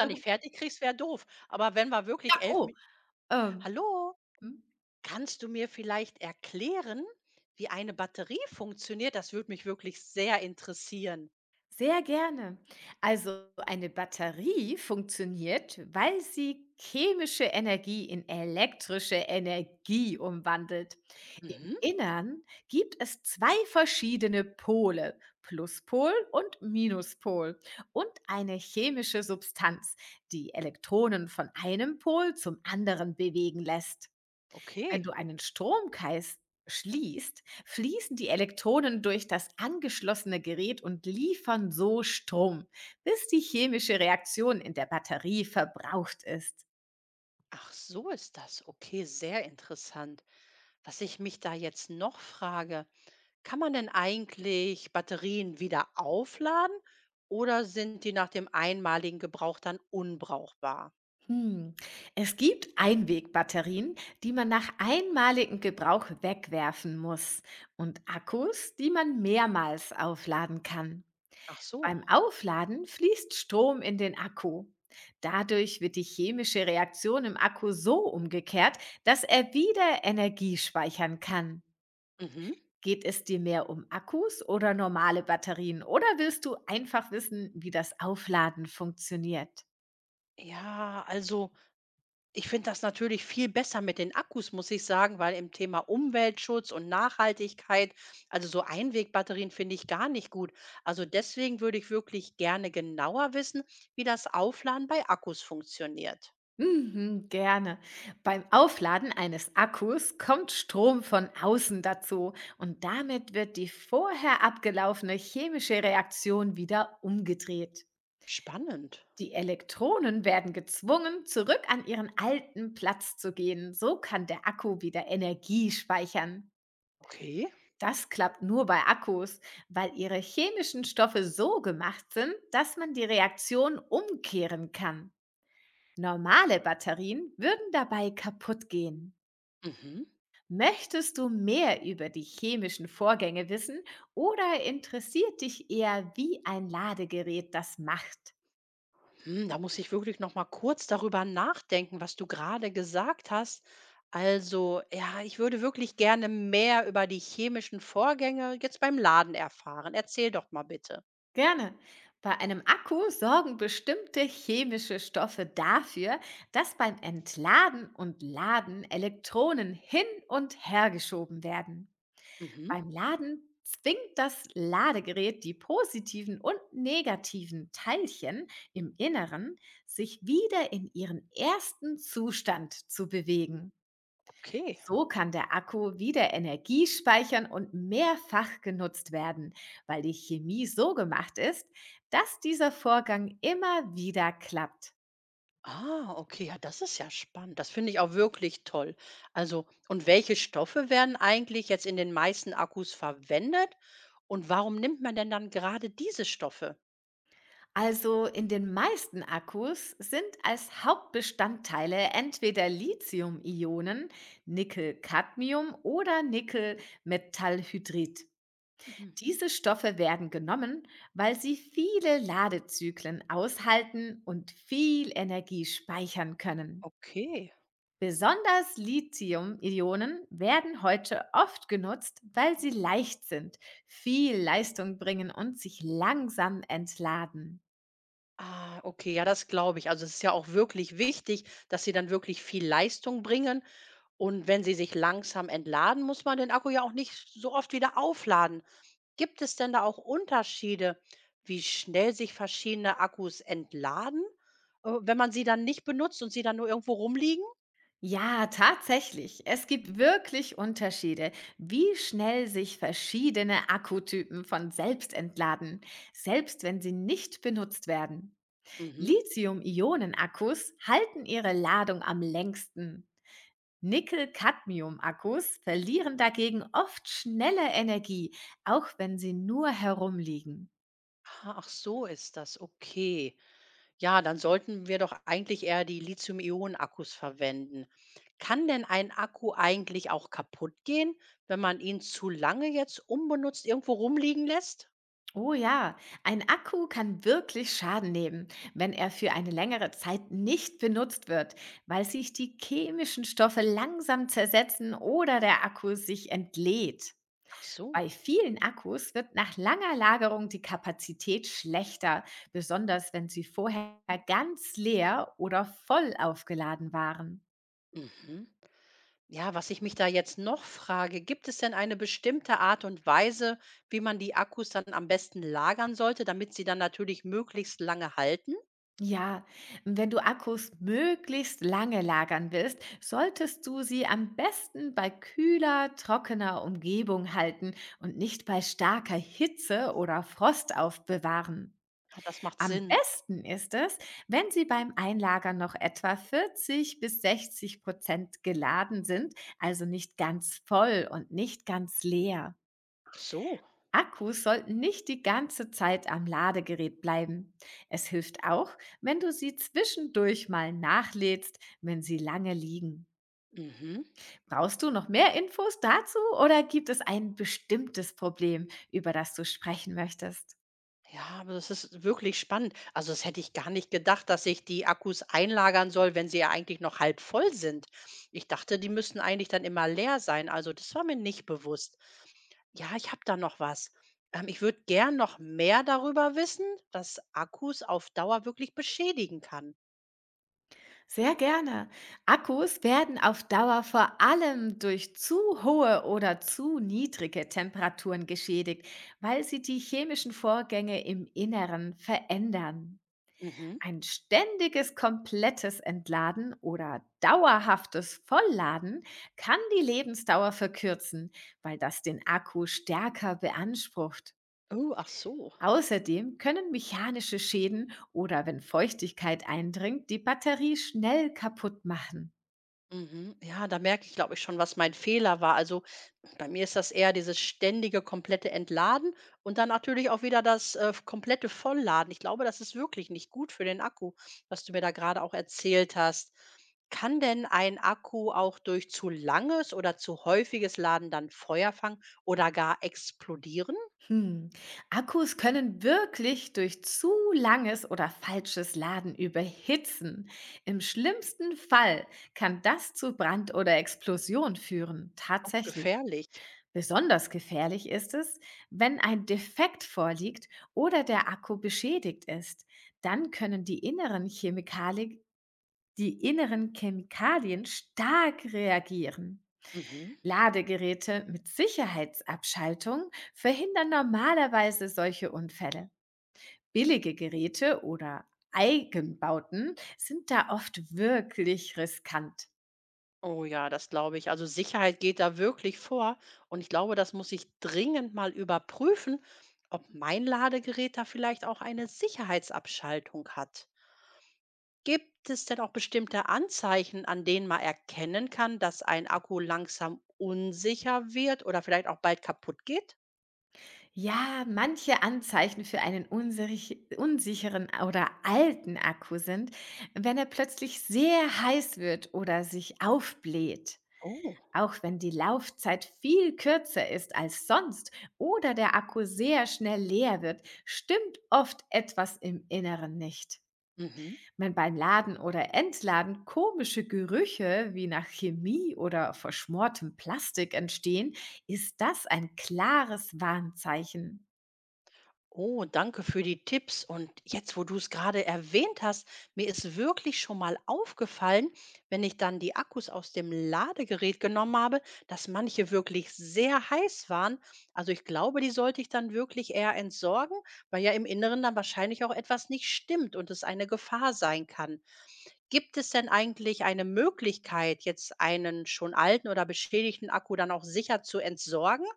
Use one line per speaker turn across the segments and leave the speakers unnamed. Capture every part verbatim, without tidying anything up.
Da nicht fertig kriegst, wäre doof. Aber wenn wir
Ja,
wirklich elf,
oh,
Mi
ähm,
„Hallo,
mhm.
kannst du mir vielleicht erklären, wie eine Batterie funktioniert? Das würde mich wirklich sehr interessieren.“
Sehr gerne. Also eine Batterie funktioniert, weil sie chemische Energie in elektrische Energie umwandelt. Im
Mhm,
Innern gibt es zwei verschiedene Pole, Pluspol und Minuspol, und eine chemische Substanz, die Elektronen von einem Pol zum anderen bewegen lässt. Wenn
okay.
du einen Stromkreis schließt, fließen die Elektronen durch das angeschlossene Gerät und liefern so Strom, bis die chemische Reaktion in der Batterie verbraucht ist.
Ach, so ist das. Okay, sehr interessant. Was ich mich da jetzt noch frage: Kann man denn eigentlich Batterien wieder aufladen oder sind die nach dem einmaligen Gebrauch dann unbrauchbar?
Hm. Es gibt Einwegbatterien, die man nach einmaligem Gebrauch wegwerfen muss und Akkus, die man mehrmals aufladen kann.
Ach so.
Beim Aufladen fließt Strom in den Akku. Dadurch wird die chemische Reaktion im Akku so umgekehrt, dass er wieder Energie speichern kann.
Mhm.
Geht es dir mehr um Akkus oder normale Batterien oder willst du einfach wissen, wie das Aufladen funktioniert?
Ja, also ich finde das natürlich viel besser mit den Akkus, muss ich sagen, weil im Thema Umweltschutz und Nachhaltigkeit, also so Einwegbatterien finde ich gar nicht gut. Also deswegen würde ich wirklich gerne genauer wissen, wie das Aufladen bei Akkus funktioniert.
Mhm, gerne. Beim Aufladen eines Akkus kommt Strom von außen dazu und damit wird die vorher abgelaufene chemische Reaktion wieder umgedreht.
Spannend.
Die Elektronen werden gezwungen, zurück an ihren alten Platz zu gehen. So kann der Akku wieder Energie speichern.
Okay.
Das klappt nur bei Akkus, weil ihre chemischen Stoffe so gemacht sind, dass man die Reaktion umkehren kann. Normale Batterien würden dabei kaputt gehen.
Mhm.
Möchtest du mehr über die chemischen Vorgänge wissen oder interessiert dich eher, wie ein Ladegerät das macht?
Hm, da muss ich wirklich noch mal kurz darüber nachdenken, was du gerade gesagt hast. Also, ja, ich würde wirklich gerne mehr über die chemischen Vorgänge jetzt beim Laden erfahren. Erzähl doch mal bitte.
Gerne. Bei einem Akku sorgen bestimmte chemische Stoffe dafür, dass beim Entladen und Laden Elektronen hin und her geschoben werden.
Mhm.
Beim Laden zwingt das Ladegerät die positiven und negativen Teilchen im Inneren, sich wieder in ihren ersten Zustand zu bewegen.
Okay.
So kann der Akku wieder Energie speichern und mehrfach genutzt werden, weil die Chemie so gemacht ist, dass dieser Vorgang immer wieder klappt.
Ah, okay, ja, das ist ja spannend. Das finde ich auch wirklich toll. Also, und welche Stoffe werden eigentlich jetzt in den meisten Akkus verwendet? Und warum nimmt man denn dann gerade diese Stoffe?
Also in den meisten Akkus sind als Hauptbestandteile entweder Lithium-Ionen, Nickel-Cadmium oder Nickel-Metallhydrid.
Mhm.
Diese Stoffe werden genommen, weil sie viele Ladezyklen aushalten und viel Energie speichern können.
Okay.
Besonders Lithium-Ionen werden heute oft genutzt, weil sie leicht sind, viel Leistung bringen und sich langsam entladen.
Ah, okay, ja, das glaube ich. Also es ist ja auch wirklich wichtig, dass sie dann wirklich viel Leistung bringen. Und wenn sie sich langsam entladen, muss man den Akku ja auch nicht so oft wieder aufladen. Gibt es denn da auch Unterschiede, wie schnell sich verschiedene Akkus entladen, äh, wenn man sie dann nicht benutzt und sie dann nur irgendwo rumliegen?
Ja, tatsächlich. Es gibt wirklich Unterschiede, wie schnell sich verschiedene Akkutypen von selbst entladen, selbst wenn sie nicht benutzt werden.
Mhm.
Lithium-Ionen-Akkus halten ihre Ladung am längsten. Nickel-Cadmium-Akkus verlieren dagegen oft schneller Energie, auch wenn sie nur herumliegen.
Ah, ach so ist das, okay. Ja, dann sollten wir doch eigentlich eher die Lithium-Ionen-Akkus verwenden. Kann denn ein Akku eigentlich auch kaputt gehen, wenn man ihn zu lange jetzt unbenutzt irgendwo rumliegen lässt?
Oh ja, ein Akku kann wirklich Schaden nehmen, wenn er für eine längere Zeit nicht benutzt wird, weil sich die chemischen Stoffe langsam zersetzen oder der Akku sich entlädt.
Ach so.
Bei vielen Akkus wird nach langer Lagerung die Kapazität schlechter, besonders wenn sie vorher ganz leer oder voll aufgeladen waren.
Mhm. Ja, was ich mich da jetzt noch frage, gibt es denn eine bestimmte Art und Weise, wie man die Akkus dann am besten lagern sollte, damit sie dann natürlich möglichst lange halten?
Ja, wenn du Akkus möglichst lange lagern willst, solltest du sie am besten bei kühler, trockener Umgebung halten und nicht bei starker Hitze oder Frost aufbewahren.
Ah, das macht
Am
Sinn.
besten ist es, wenn sie beim Einlagern noch etwa vierzig bis sechzig Prozent geladen sind, also nicht ganz voll und nicht ganz leer.
Ach so.
Akkus sollten nicht die ganze Zeit am Ladegerät bleiben. Es hilft auch, wenn du sie zwischendurch mal nachlädst, wenn sie lange liegen.
Mhm.
Brauchst du noch mehr Infos dazu oder gibt es ein bestimmtes Problem, über das du sprechen möchtest?
Ja, aber das ist wirklich spannend. Also, das hätte ich gar nicht gedacht, dass ich die Akkus einlagern soll, wenn sie ja eigentlich noch halb voll sind. Ich dachte, die müssten eigentlich dann immer leer sein. Also, das war mir nicht bewusst. Ja, ich habe da noch was. Ähm, ich würde gern noch mehr darüber wissen, was Akkus auf Dauer wirklich beschädigen kann.
Sehr gerne. Akkus werden auf Dauer vor allem durch zu hohe oder zu niedrige Temperaturen geschädigt, weil sie die chemischen Vorgänge im Inneren verändern.
Mhm.
Ein ständiges, komplettes Entladen oder dauerhaftes Vollladen kann die Lebensdauer verkürzen, weil das den Akku stärker beansprucht.
Oh, ach so.
Außerdem können mechanische Schäden oder wenn Feuchtigkeit eindringt, die Batterie schnell kaputt machen.
Mhm. Ja, da merke ich, glaube ich, schon, was mein Fehler war. Also bei mir ist das eher dieses ständige, komplette Entladen und dann natürlich auch wieder das äh, komplette Vollladen. Ich glaube, das ist wirklich nicht gut für den Akku, was du mir da gerade auch erzählt hast. Kann denn ein Akku auch durch zu langes oder zu häufiges Laden dann Feuer fangen oder gar explodieren?
Hm. Akkus können wirklich durch zu langes oder falsches Laden überhitzen. Im schlimmsten Fall kann das zu Brand oder Explosion führen.
Auch
Tatsächlich.
gefährlich.
Besonders gefährlich ist es, wenn ein Defekt vorliegt oder der Akku beschädigt ist. Dann können die inneren Chemikali- die inneren Chemikalien stark reagieren.
Mhm.
Ladegeräte mit Sicherheitsabschaltung verhindern normalerweise solche Unfälle. Billige Geräte oder Eigenbauten sind da oft wirklich riskant.
Oh ja, das glaube ich. Also Sicherheit geht da wirklich vor. Und ich glaube, das muss ich dringend mal überprüfen, ob mein Ladegerät da vielleicht auch eine Sicherheitsabschaltung hat. Gibt es denn auch bestimmte Anzeichen, an denen man erkennen kann, dass ein Akku langsam unsicher wird oder vielleicht auch bald kaputt geht?
Ja, manche Anzeichen für einen unsich unsicheren oder alten Akku sind, wenn er plötzlich sehr heiß wird oder sich aufbläht.
Oh.
Auch wenn die Laufzeit viel kürzer ist als sonst oder der Akku sehr schnell leer wird, stimmt oft etwas im Inneren nicht.
Mhm.
Wenn beim Laden oder Entladen komische Gerüche wie nach Chemie oder verschmortem Plastik entstehen, ist das ein klares Warnzeichen.
Oh, danke für die Tipps. Und jetzt, wo du es gerade erwähnt hast, mir ist wirklich schon mal aufgefallen, wenn ich dann die Akkus aus dem Ladegerät genommen habe, dass manche wirklich sehr heiß waren. Also ich glaube, die sollte ich dann wirklich eher entsorgen, weil ja im Inneren dann wahrscheinlich auch etwas nicht stimmt und es eine Gefahr sein kann. Gibt es denn eigentlich eine Möglichkeit, jetzt einen schon alten oder beschädigten Akku dann auch sicher zu entsorgen?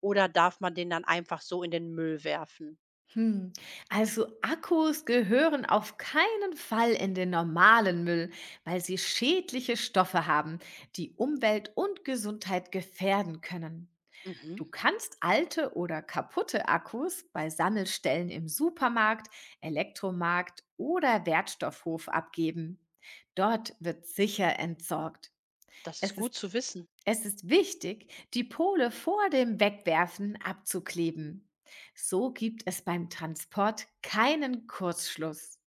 Oder darf man den dann einfach so in den Müll werfen?
Hm. Also Akkus gehören auf keinen Fall in den normalen Müll, weil sie schädliche Stoffe haben, die Umwelt und Gesundheit gefährden können.
Mhm.
Du kannst alte oder kaputte Akkus bei Sammelstellen im Supermarkt, Elektromarkt oder Wertstoffhof abgeben. Dort wird sicher entsorgt.
Das ist
Es
gut
ist
zu wissen.
es ist wichtig, die Pole vor dem Wegwerfen abzukleben. So gibt es beim Transport keinen Kurzschluss.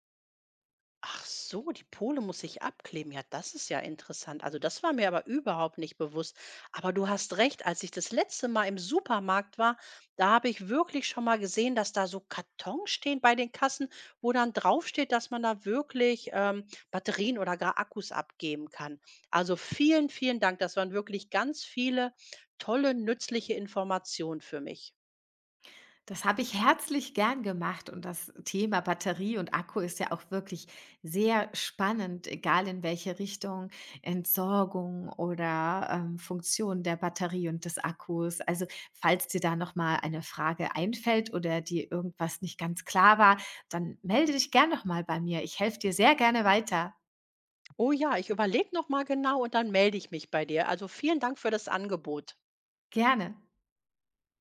Ach so, die Pole muss ich abkleben. Ja, das ist ja interessant. Also das war mir aber überhaupt nicht bewusst. Aber du hast recht, als ich das letzte Mal im Supermarkt war, da habe ich wirklich schon mal gesehen, dass da so Kartons stehen bei den Kassen, wo dann draufsteht, dass man da wirklich ähm, Batterien oder gar Akkus abgeben kann. Also vielen, vielen Dank. Das waren wirklich ganz viele tolle, nützliche Informationen für mich.
Das habe ich herzlich gern gemacht und das Thema Batterie und Akku ist ja auch wirklich sehr spannend, egal in welche Richtung, Entsorgung oder ähm, Funktion der Batterie und des Akkus. Also falls dir da nochmal eine Frage einfällt oder dir irgendwas nicht ganz klar war, dann melde dich gern nochmal bei mir. Ich helfe dir sehr gerne weiter.
Oh ja, ich überlege noch mal genau und dann melde ich mich bei dir. Also vielen Dank für das Angebot.
Gerne.